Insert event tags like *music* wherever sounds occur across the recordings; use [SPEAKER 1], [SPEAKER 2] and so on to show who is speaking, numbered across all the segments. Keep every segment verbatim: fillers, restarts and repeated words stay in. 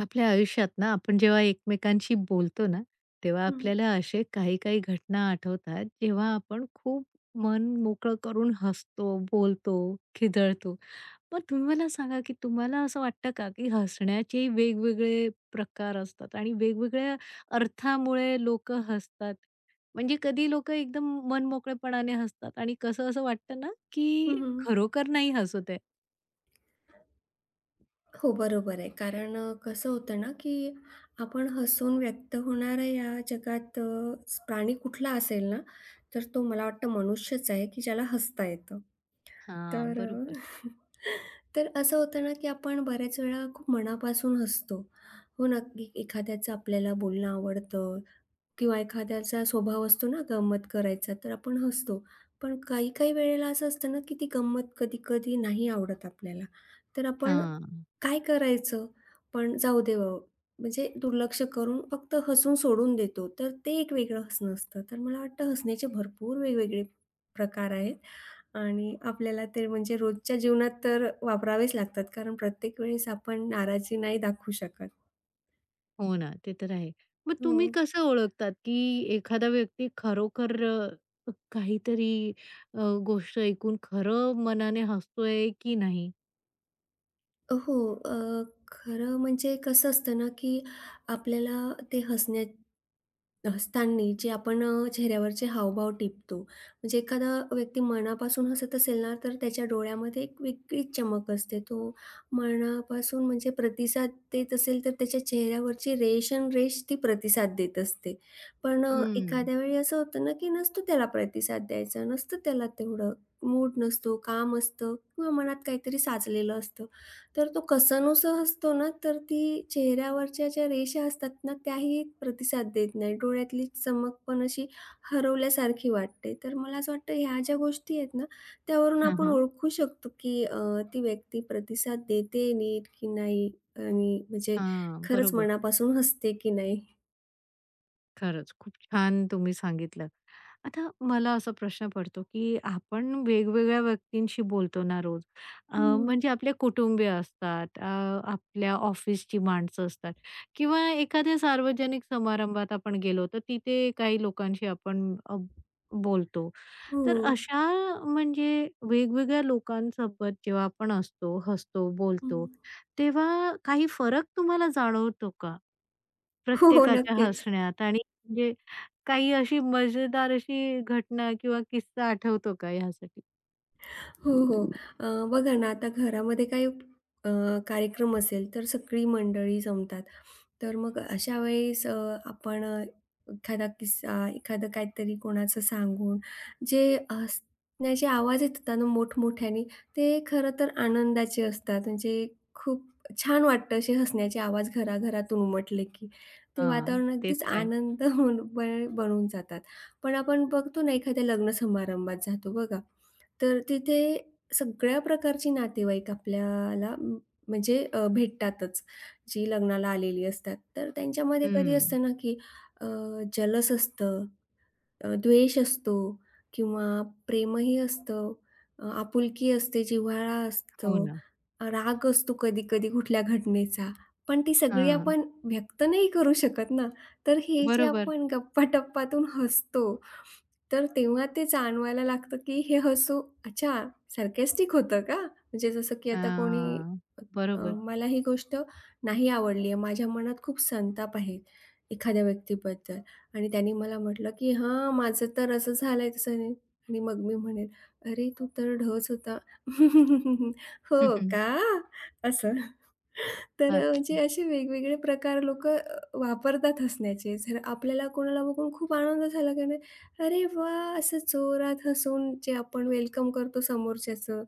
[SPEAKER 1] आपल्या आयुष्यात ना आपण जेव्हा एकमेकांशी बोलतो ना, तेव्हा
[SPEAKER 2] हं,
[SPEAKER 1] आपल्याला असे काही-काही घटना आठवतात, जेव्हा आपण खूप मन मोकळं करून हसतो, बोलतो, खिदळतो. मग तुम्ही मला सांगा, की तुम्हाला असं वाटतं का, की हसण्याचे वेगवेगळे प्रकार असतात आणि वेगवेगळ्या अर्थामुळे लोकं हसतात? म्हणजे कधी लोकं एकदम मनमोकळेपणाने हसतात आणि कसं असं वाटतं ना, की
[SPEAKER 2] हं, हं.
[SPEAKER 1] खरोखर नाही हसत आहे.
[SPEAKER 2] हो, बरोबर आहे. कारण अ, कसं होतं ना, की आपण हसून व्यक्त होणाऱ्या या जगात अ, प्राणी कुठला असेल ना, तर तो मला वाटतं मनुष्यच आहे, की ज्याला हसता येतं.
[SPEAKER 1] हां,
[SPEAKER 2] तर अ,
[SPEAKER 1] बरोबर.
[SPEAKER 2] *laughs* तर असं होतं ना, की आपण बऱ्याच वेळा खूप मनापासून हसतो. हो ना, की एखाद्याचं आपल्याला बोलणं आवडतं किंवा एखाद्याचा स्वभाव असतो ना गंमत करायचा, तर आपण हसतो. पण काही-काही वेळेला असं असतं ना, की ती गंमत कधी-कधी नाही आवडत आपल्याला. तर आपण
[SPEAKER 1] हां.
[SPEAKER 2] काय करायचं? पण जाऊ दे बाबा, म्हणजे दुर्लक्ष करून फक्त हसून सोडून देतो. तर ते एक वेगळं हसणं असतं. तर मला वाटतं हसण्याचे भरपूर वेगवेगळे प्रकार आहेत आणि आपल्याला ते म्हणजे रोजच्या जीवनात तर वापरावेच लागतात. कारण प्रत्येक वेळेस आपण नाराजी नाही दाखवू शकत.
[SPEAKER 1] हो ना, ते तर आहे. मग
[SPEAKER 2] हो.
[SPEAKER 1] तुम्ही कसं ओळखतात, की एखादा व्यक्ती खरोखर अ, काहीतरी अ, गोष्ट ऐकून खरं मनाने हसतोय की नाही?
[SPEAKER 2] हो. अ, खरं म्हणजे कसं असतं ना, की आपल्याला ते हसण्या हसतानी जे आपण अ, चेहऱ्यावरचे हावभाव टिपतो. म्हणजे एखादा व्यक्ती मनापासून हसत असेल ना, तर त्याच्या डोळ्यामध्ये एक वेगळीच चमक असते. तो मनापासून म्हणजे प्रतिसाद देत असेल, तर त्याच्या चेहऱ्यावरची रेषानरेष ती प्रतिसाद देत असते. पण अ,
[SPEAKER 1] हं.
[SPEAKER 2] एखाद्या वेळी असं होतं ना, की नसतो त्याला प्रतिसाद द्यायचा, नसतं त्याला तेवढं मूड नसतो, काम असतं किंवा मनात काहीतरी साचलेलं असतं. तर तो कसानुसा हसतो ना, तर ती चेहऱ्यावरच्या ज्या रेषा असतात ना, त्याही प्रतिसाद देत नाही. डोळ्यातली चमक पण अशी हरवल्यासारखी वाटते. तर मला असं वाटतं ह्या ज्या गोष्टी आहेत ना, त्यावरून
[SPEAKER 1] हां,
[SPEAKER 2] आपण
[SPEAKER 1] हां.
[SPEAKER 2] ओळखू शकतो, की अ, ती व्यक्ती प्रतिसाद देते नीट की नाही आणि म्हणजे
[SPEAKER 1] हां,
[SPEAKER 2] खरंच
[SPEAKER 1] बरोबर.
[SPEAKER 2] मनापासून हसते की नाही.
[SPEAKER 1] खरंच, खूप छान तुम्ही सांगितलं. आता मला असा प्रश्न पडतो, की आपण वेगवेगळ्या व्यक्तींशी बोलतो ना रोज. अ,
[SPEAKER 2] हं.
[SPEAKER 1] म्हणजे आपले कुटुंबीय असतात, अ, आपल्या ऑफिसची माणसं असतात किंवा एखाद्या सार्वजनिक समारंभात आपण गेलो, तर तिथे काही लोकांशी आपण अ, बोलतो.
[SPEAKER 2] हो.
[SPEAKER 1] तर अशा म्हणजे वेगवेगळ्या लोकांसोबत जेव्हा आपण असतो, हसतो,
[SPEAKER 2] हं.
[SPEAKER 1] बोलतो, तेव्हा काही फरक तुम्हाला जाणवतो का?
[SPEAKER 2] हो, हो.
[SPEAKER 1] प्रत्येकाच्या
[SPEAKER 2] नक्कीच.
[SPEAKER 1] हसण्यात आणि म्हणजे काही अशी मजेदार अशी घटना किंवा किस्सा आठवतो का ह्यासाठी?
[SPEAKER 2] हो, हो. अ, बघा ना, आता घरामध्ये काही अ, कार्यक्रम असेल, तर सगळी मंडळी जमतात. तर मग अशा वेळेस अ, आपण अ, एखादा किस्सा, एखादं काहीतरी कोणाचं सांगून जे हसण्याचे आवाज येतात ना मोठमोठ्याने, ते खरं तर आनंदाचे असतात. म्हणजे खूप छान वाटतं असे हसण्याचे आवाज घराघरातून उमटले की. ते
[SPEAKER 1] हां,
[SPEAKER 2] वातावरण
[SPEAKER 1] ते
[SPEAKER 2] अगदीच
[SPEAKER 1] तर आहे.
[SPEAKER 2] आनंद *laughs* होऊन बन बनून जातात. पण आपण बघतो ना एखाद्या लग्न समारंभात जातो बघा, तर तिथे सगळ्या प्रकारची नातेवाईक आपल्याला म- म्हणजे अ, भेटतातच. जी लग्नाला आलेली असतात. तर त्यांच्यामध्ये कधी
[SPEAKER 1] हं,
[SPEAKER 2] असतं ना, की अ, जलस असतं, अ, द्वेष असतो किंवा प्रेमही असतं, अ, आपुलकी असते, जिव्हाळा असतो,
[SPEAKER 1] हो ना.
[SPEAKER 2] अ, राग असतो कधी-कधी कुठल्या घटनेचा. पण ती सगळी
[SPEAKER 1] हां,
[SPEAKER 2] आपण व्यक्त नाही करू शकत ना. तर हे जे
[SPEAKER 1] बरोबर.
[SPEAKER 2] आपण गप्पा-टप्पातून हसतो, तर तेव्हा ते जाणवायला लागतं, की हे हसू अच्छा सार्कास्टिक होतं का? म्हणजे जसं की आता कोणी
[SPEAKER 1] हां,
[SPEAKER 2] अ,
[SPEAKER 1] बरोबर.
[SPEAKER 2] मला ही गोष्ट नाही आवडली आहे. माझ्या मनात खूप संताप आहे एखाद्या व्यक्तीबद्दल आणि त्याने मला म्हटलं, की "हां, माझं तर असं झालंय तसं नाही" आणि मग मी म्हणेन, "अरे, तू तर ढच होता." *laughs*
[SPEAKER 1] हं,
[SPEAKER 2] "हो
[SPEAKER 1] हं.
[SPEAKER 2] का?" असं. तर अ, म्हणजे
[SPEAKER 1] अच्छा.
[SPEAKER 2] असे वेगवेगळे प्रकार लोक अ, वापरतात हसण्याचे. जर आपल्याला कोणाला बघून खूप आनंद झाला की नाही, "अरे वाह!" असं जोरात हसून जे आपण वेलकम करतो समोरच्याचं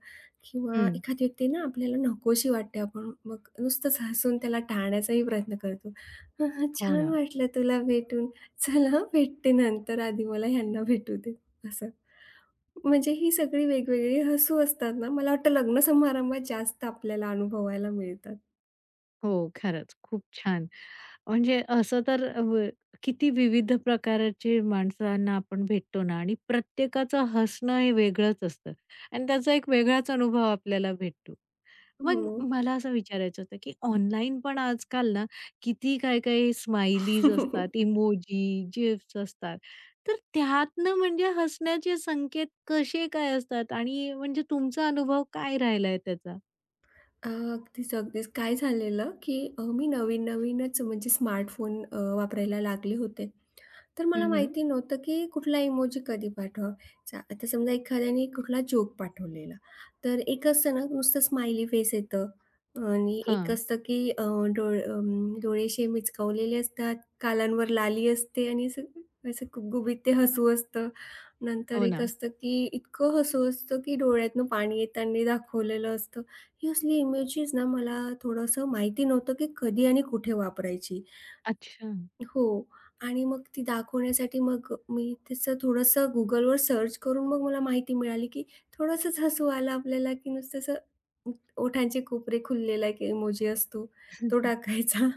[SPEAKER 2] किंवा
[SPEAKER 1] हं,
[SPEAKER 2] एखादी व्यक्ती ना आपल्याला नकोशी वाटते आपण मग नुसतंच हसून त्याला टाळण्याचाही प्रयत्न करतो. "हां, हां,
[SPEAKER 1] हो
[SPEAKER 2] छान
[SPEAKER 1] ना.
[SPEAKER 2] वाटलं तुला भेटून. चल हां, भेटते नंतर. आधी मला ह्यांना भेटू दे." असं. म्हणजे ही सगळी वेगवेगळी हसू असतात ना, मला वाटतं लग्न समारंभात जास्त आपल्याला अनुभवायला मिळतात.
[SPEAKER 1] हो, खरंच खूप छान. म्हणजे असं तर व किती विविध प्रकारचे माणसांना आपण भेटतो ना आणि प्रत्येकाचं हसणं हे वेगळंच असतं आणि त्याचा एक वेगळाच अनुभव आपल्याला भेटतो.
[SPEAKER 2] हो.
[SPEAKER 1] मग मला असं विचारायचं होतं, की ऑनलाईन पण आजकाल ना किती काय-काय स्माइलीज असतात,
[SPEAKER 2] *laughs*
[SPEAKER 1] इमोजी, जिफ्स असतात. तर त्यातनं म्हणजे हसण्याचे संकेत कसे काय असतात आणि म्हणजे तुमचा अनुभव काय राहिलाय त्याचा?
[SPEAKER 2] अ, अगदीच, अगदीच. काय झालेलं, की अ, मी नवीन-नवीनच म्हणजे स्मार्टफोन अ, वापरायला लागले होते. तर मला
[SPEAKER 1] हं, हं.
[SPEAKER 2] माहिती नव्हतं, की कुठला इमोजी कधी पाठवायचा. आता समजा एखाद्याने कुठला जोक पाठवलेला, तर एक असतं ना नुसतं स्माइली फेस येतं आणि एक
[SPEAKER 1] हां.
[SPEAKER 2] असतं, की अ, डोळ अं, डोळे असे मिचकावलेले असतात, गालांवर लाली असते आणि असं असं गुबगुबीत ते हसू असतं. नंतर
[SPEAKER 1] हो
[SPEAKER 2] एक
[SPEAKER 1] ना.
[SPEAKER 2] असतं, की इतकं हसू असतं, की डोळ्यातनं पाणी येताना दाखवलेलं असतं. ही असली इमेजेस ना मला थोडंसं माहिती नव्हतं, की कधी आणि कुठे वापरायची.
[SPEAKER 1] अच्छा.
[SPEAKER 2] हो. आणि मग ती दाखवण्यासाठी मग मी तसं थोडंसं Googleवर सर्च करून मग मला माहिती मिळाली, की थोडंसंच हसू आलं आपल्याला, की नुसतं असं ओठांचे कोपरे खुललेला एक इमोजी असतो, तो टाकायचा.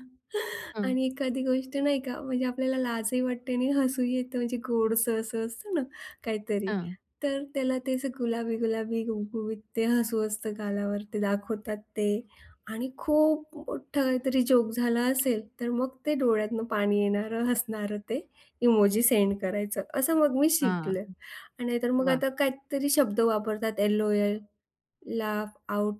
[SPEAKER 1] हां,
[SPEAKER 2] आणि एखादी गोष्ट नाही का म्हणजे आपल्याला लाजही वाटते आणि हसूही येतं म्हणजे गोडसं असं असतं ना काहीतरी,
[SPEAKER 1] हां,
[SPEAKER 2] तर त्याला ते असं गुलाबी-गुलाबी, गुबगुबीत ते हसू असतं गालावर ते दाखवतात ते. आणि खूप मोठा काहीतरी जोक झाला असेल, तर मग ते डोळ्यातनं पाणी येणारं, हसणारं ते इमोजी सेंड करायचं. असं मग मी
[SPEAKER 1] हां.
[SPEAKER 2] शिकले. आणि नाहीतर मग
[SPEAKER 1] वाह!
[SPEAKER 2] आता काहीतरी शब्द वापरतात एल-ओ-एल, लाफ आउट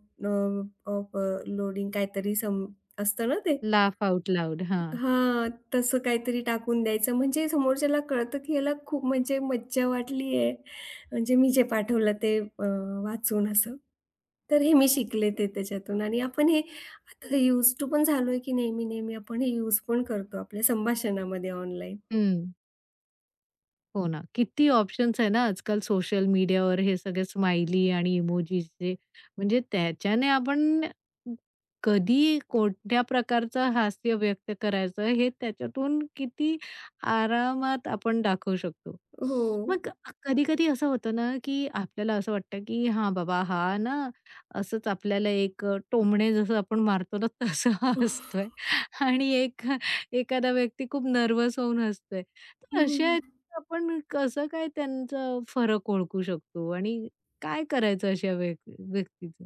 [SPEAKER 2] लोडिंग काहीतरी सम असतं ना ते?
[SPEAKER 1] Laugh out loud. हां.
[SPEAKER 2] हां, तसं काहीतरी टाकून द्यायचं म्हणजे समोरच्याला कळतं, की याला खूप म्हणजे मज्जा वाटली आहे. म्हणजे मी जे पाठवलं ते अ, वाचून असं. तर हे मी शिकले ते त्याच्यातून आणि आपण हे आता यूज टू पण झालोय, की नेहमी-नेहमी आपण हे यूज पण करतो आपल्या संभाषणामध्ये ऑनलाईन.
[SPEAKER 1] हं. हो ना. किती ऑप्शन्स आहे ना आजकाल सोशल मीडियावर हे सगळे स्माइली आणि इमोजीचे. म्हणजे त्याच्याने आपण कधी कोणत्या प्रकारचं हास्य व्यक्त करायचं हे त्याच्यातून किती आरामात आपण दाखवू शकतो.
[SPEAKER 2] हो.
[SPEAKER 1] मग कधी-कधी असं होतं ना, की आपल्याला असं वाटतं, की हां बाबा हा ना असंच आपल्याला एक अ, टोमणे जसं आपण मारतो ना तसं हसतोय आणि एक एखादा व्यक्ती खूप नर्व्हस होऊन हसतोय. तर
[SPEAKER 2] हं.
[SPEAKER 1] अशा आपण कसं काय त्यांचा फरक ओळखू शकतो आणि काय करायचं अशा व्यक् व्यक्तीचं?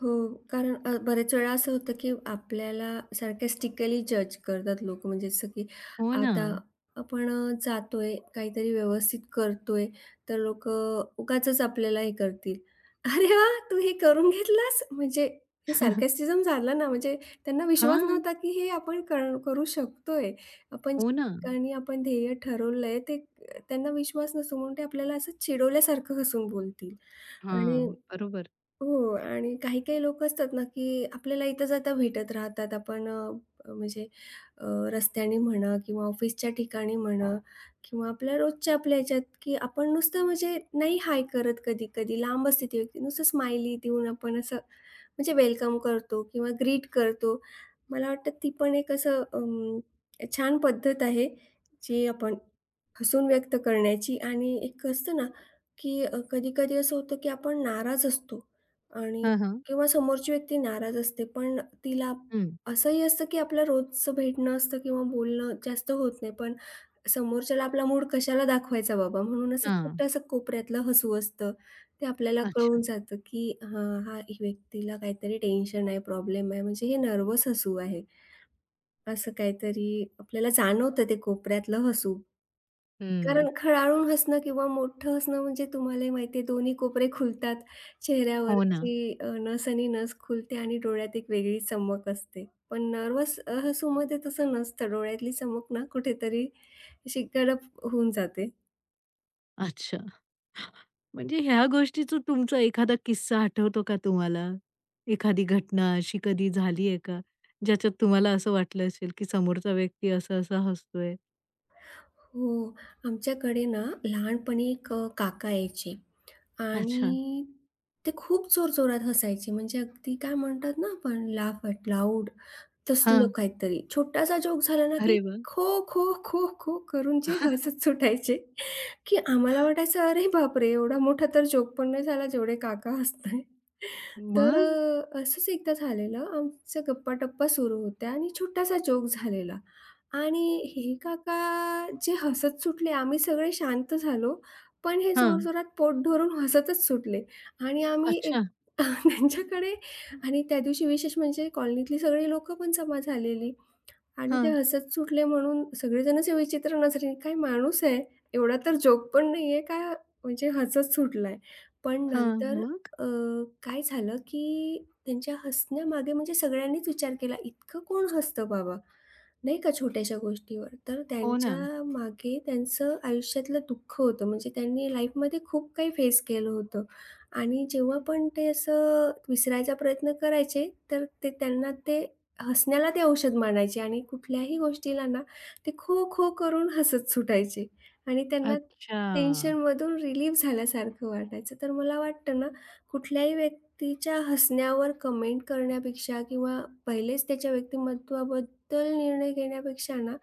[SPEAKER 2] हो, कारण अ, बरेच वेळा असं होतं, की आपल्याला सार्कॅस्टिकली जज करतात लोकं. म्हणजे जसं की
[SPEAKER 1] हो ना.
[SPEAKER 2] आता आपण अ, जातोय, काहीतरी व्यवस्थित करतोय, तर लोकं उगाचच आपल्याला हे करतील. "अरे वा, तू हे करून घेतलास?" म्हणजे हे सार्कॅस्टिझम झालं ना, म्हणजे त्यांना विश्वास
[SPEAKER 1] हां.
[SPEAKER 2] नव्हता, की हे आपण कर करू शकतोय. आपण ज्या
[SPEAKER 1] हो ना.
[SPEAKER 2] ठिकाणी आपण ध्येय ठरवलंय, ते त्यांना विश्वास नसतो म्हणून ते आपल्याला असं चिडवल्यासारखं हसून बोलतील आणि
[SPEAKER 1] हां. बरोबर.
[SPEAKER 2] हो आणि काही-काही लोकं असतात ना, की आपल्याला इथं-जाता भेटत राहतात. आपण अ, म्हणजे अ, रस्त्याने म्हणा किंवा ऑफिसच्या ठिकाणी म्हणा किंवा आपल्या रोजच्या आपल्या ह्याच्यात, की आपण नुसतं म्हणजे नाही हाय करत कधी-कधी लांब असते ती व्यक्ती. नुसतं स्माइली देऊन आपण असं म्हणजे वेलकम करतो किंवा ग्रीट करतो. मला वाटतं ती पण एक असं अं, छान पद्धत आहे, जी आपण हसून व्यक्त करण्याची आणि एक असतं ना, की अ, कधी-कधी असं होतं, की आपण नाराज असतो आणि
[SPEAKER 1] हां, हां.
[SPEAKER 2] किंवा समोरची व्यक्ती नाराज असते, पण तिला
[SPEAKER 1] हं.
[SPEAKER 2] असंही असतं, की आपलं रोजचं भेटणं असतं किंवा बोलणं जास्त होत नाही. पण समोरच्याला आपला मूड कशाला दाखवायचा बाबा, म्हणून असं
[SPEAKER 1] हां.
[SPEAKER 2] छोटंसं कोपऱ्यातलं हसू असतं. ते आपल्याला
[SPEAKER 1] अच्छा.
[SPEAKER 2] कळून जातं, की हां, हा ही व्यक्तीला काहीतरी टेन्शन आहे, प्रॉब्लेम आहे, म्हणजे हे नर्व्हस हसू आहे. असं काहीतरी आपल्याला जाणवतं ते कोपऱ्यातलं हसू. कारण
[SPEAKER 1] हं.
[SPEAKER 2] खळाळून हसणं किंवा मोठं हसणं म्हणजे तुम्हालाही माहिती आहे दोन्ही कोपरे खुलतात.
[SPEAKER 1] हो ना.
[SPEAKER 2] चेहऱ्यावरची अ, नसनी नस खुलते आणि डोळ्यात एक वेगळी चमक असते. पण नर्वस अ, हसूमध्ये तसं नसतं. डोळ्यातली चमक ना कुठेतरी अशी गडप होऊन जाते.
[SPEAKER 1] अच्छा. म्हणजे ह्या गोष्टीचा तुमचा एखादा किस्सा आठवतो का तुम्हाला? एखादी घटना अशी कधी झाली आहे का? ज्याच्यात तुम्हाला असं वाटलं असेल, की समोरचा व्यक्ती असा-असा हसतोय?
[SPEAKER 2] हो, आमच्याकडे ना लहानपणी एक अ, काका यायचे
[SPEAKER 1] अच्छा.
[SPEAKER 2] आणि ते खूप जोरजोरात हसायचे. म्हणजे अगदी काय म्हणतात ना आपण लाफ लाऊड तसलं
[SPEAKER 1] हां.
[SPEAKER 2] काहीतरी. छोटासा जोक झाला ना, की
[SPEAKER 1] अरे वाह!
[SPEAKER 2] खो, खो, खो, खो करून जे
[SPEAKER 1] *laughs*
[SPEAKER 2] हसत सुटायचे, की आम्हाला वाटायचं, "अरे बापरे! एवढा मोठा तर जोक पण नाही झाला, जेवढे काका हसताय." तर
[SPEAKER 1] मग?
[SPEAKER 2] अ, असंच एकदा झालेलं. आमचं गप्पा-टप्पा सुरू होत्या आणि छोटासा जोक झालेला आणि हे काका जे हसत सुटले, आम्ही सगळे शांत झालो. पण हे
[SPEAKER 1] हां.
[SPEAKER 2] जोरजोरात पोट धरून हसतच सुटले आणि आम्ही
[SPEAKER 1] अच्छा.
[SPEAKER 2] एक *laughs* त्यांच्याकडे आणि त्या दिवशी विशेष म्हणजे कॉलनीतली सगळी लोकं पण जमा झालेली. आणि ते
[SPEAKER 1] हां.
[SPEAKER 2] हसत सुटले म्हणून सगळेजण असे विचित्र नजरेने, "काय माणूस आहे? एवढा तर जोक पण नाहीये का म्हणजे हसत सुटलाय?" पण
[SPEAKER 1] हां,
[SPEAKER 2] नंतर
[SPEAKER 1] मग?
[SPEAKER 2] अ, काय झालं, की त्यांच्या हसण्यामागे म्हणजे सगळ्यांनीच विचार केला, "इतकं कोण हसतं बाबा?" नाही का छोट्याशा गोष्टीवर. तर
[SPEAKER 1] हो
[SPEAKER 2] त्यांच्या
[SPEAKER 1] ना.
[SPEAKER 2] मागे त्यांचं आयुष्यातलं दुःख होतं. म्हणजे त्यांनी लाईफमध्ये खूप काही फेस केलं होतं आणि जेव्हा पण ते असं विसरायचा प्रयत्न करायचे, तर ते त्यांना ते हसण्याला ते औषध मानायचे आणि कुठल्याही गोष्टीला ना ते खो, खो करून हसत सुटायचे आणि त्यांना
[SPEAKER 1] अच्छा.
[SPEAKER 2] टेन्शनमधून रिलीफ झाल्यासारखं वाटायचं. तर मला वाटतं ना, कुठल्याही व्यक्तीच्या हसण्यावर कमेंट करण्यापेक्षा किंवा पहिलेच त्याच्या व्यक्तिमत्त्वाबद्दल निर्णय घेण्यापेक्षा ना,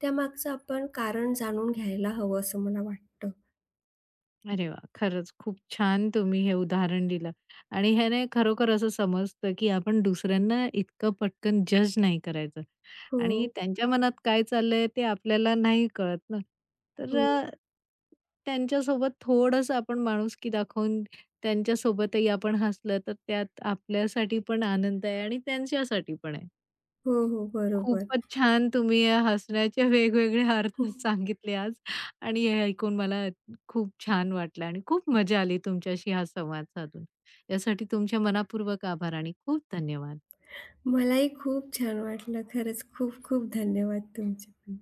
[SPEAKER 2] त्यामागचं आपण कारण जाणून घ्यायला हवं असं मला वाटतं.
[SPEAKER 1] अरे वाह! खरंच खूप छान तुम्ही हे उदाहरण दिलं आणि ह्याने खरोखर असं समजतं, की आपण दुसऱ्यांना इतकं पटकन जज नाही करायचं आणि
[SPEAKER 2] हो,
[SPEAKER 1] त्यांच्या मनात काय चाललंय ते आपल्याला नाही कळत ना. तर
[SPEAKER 2] हो,
[SPEAKER 1] अ, त्यांच्यासोबत थोडंसं आपण माणुसकी दाखवून त्यांच्यासोबतही आपण हसलं, तर त्यात आपल्यासाठी पण आनंद आहे आणि त्यांच्यासाठी पण आहे.
[SPEAKER 2] हो, हो. बरोबर.
[SPEAKER 1] खूपच छान तुम्ही या हसण्याचे *laughs* वेगवेगळे अर्थ
[SPEAKER 2] *laughs*
[SPEAKER 1] सांगितले आज आणि हे ऐकून मला खूप छान वाटलं आणि खूप मजा आली तुमच्याशी हा संवाद साधून. यासाठी तुमच्या मनापूर्वक आभार आणि खूप धन्यवाद.
[SPEAKER 2] मलाही खूप छान वाटलं. खरंच खूप खूप धन्यवाद तुमचे पण.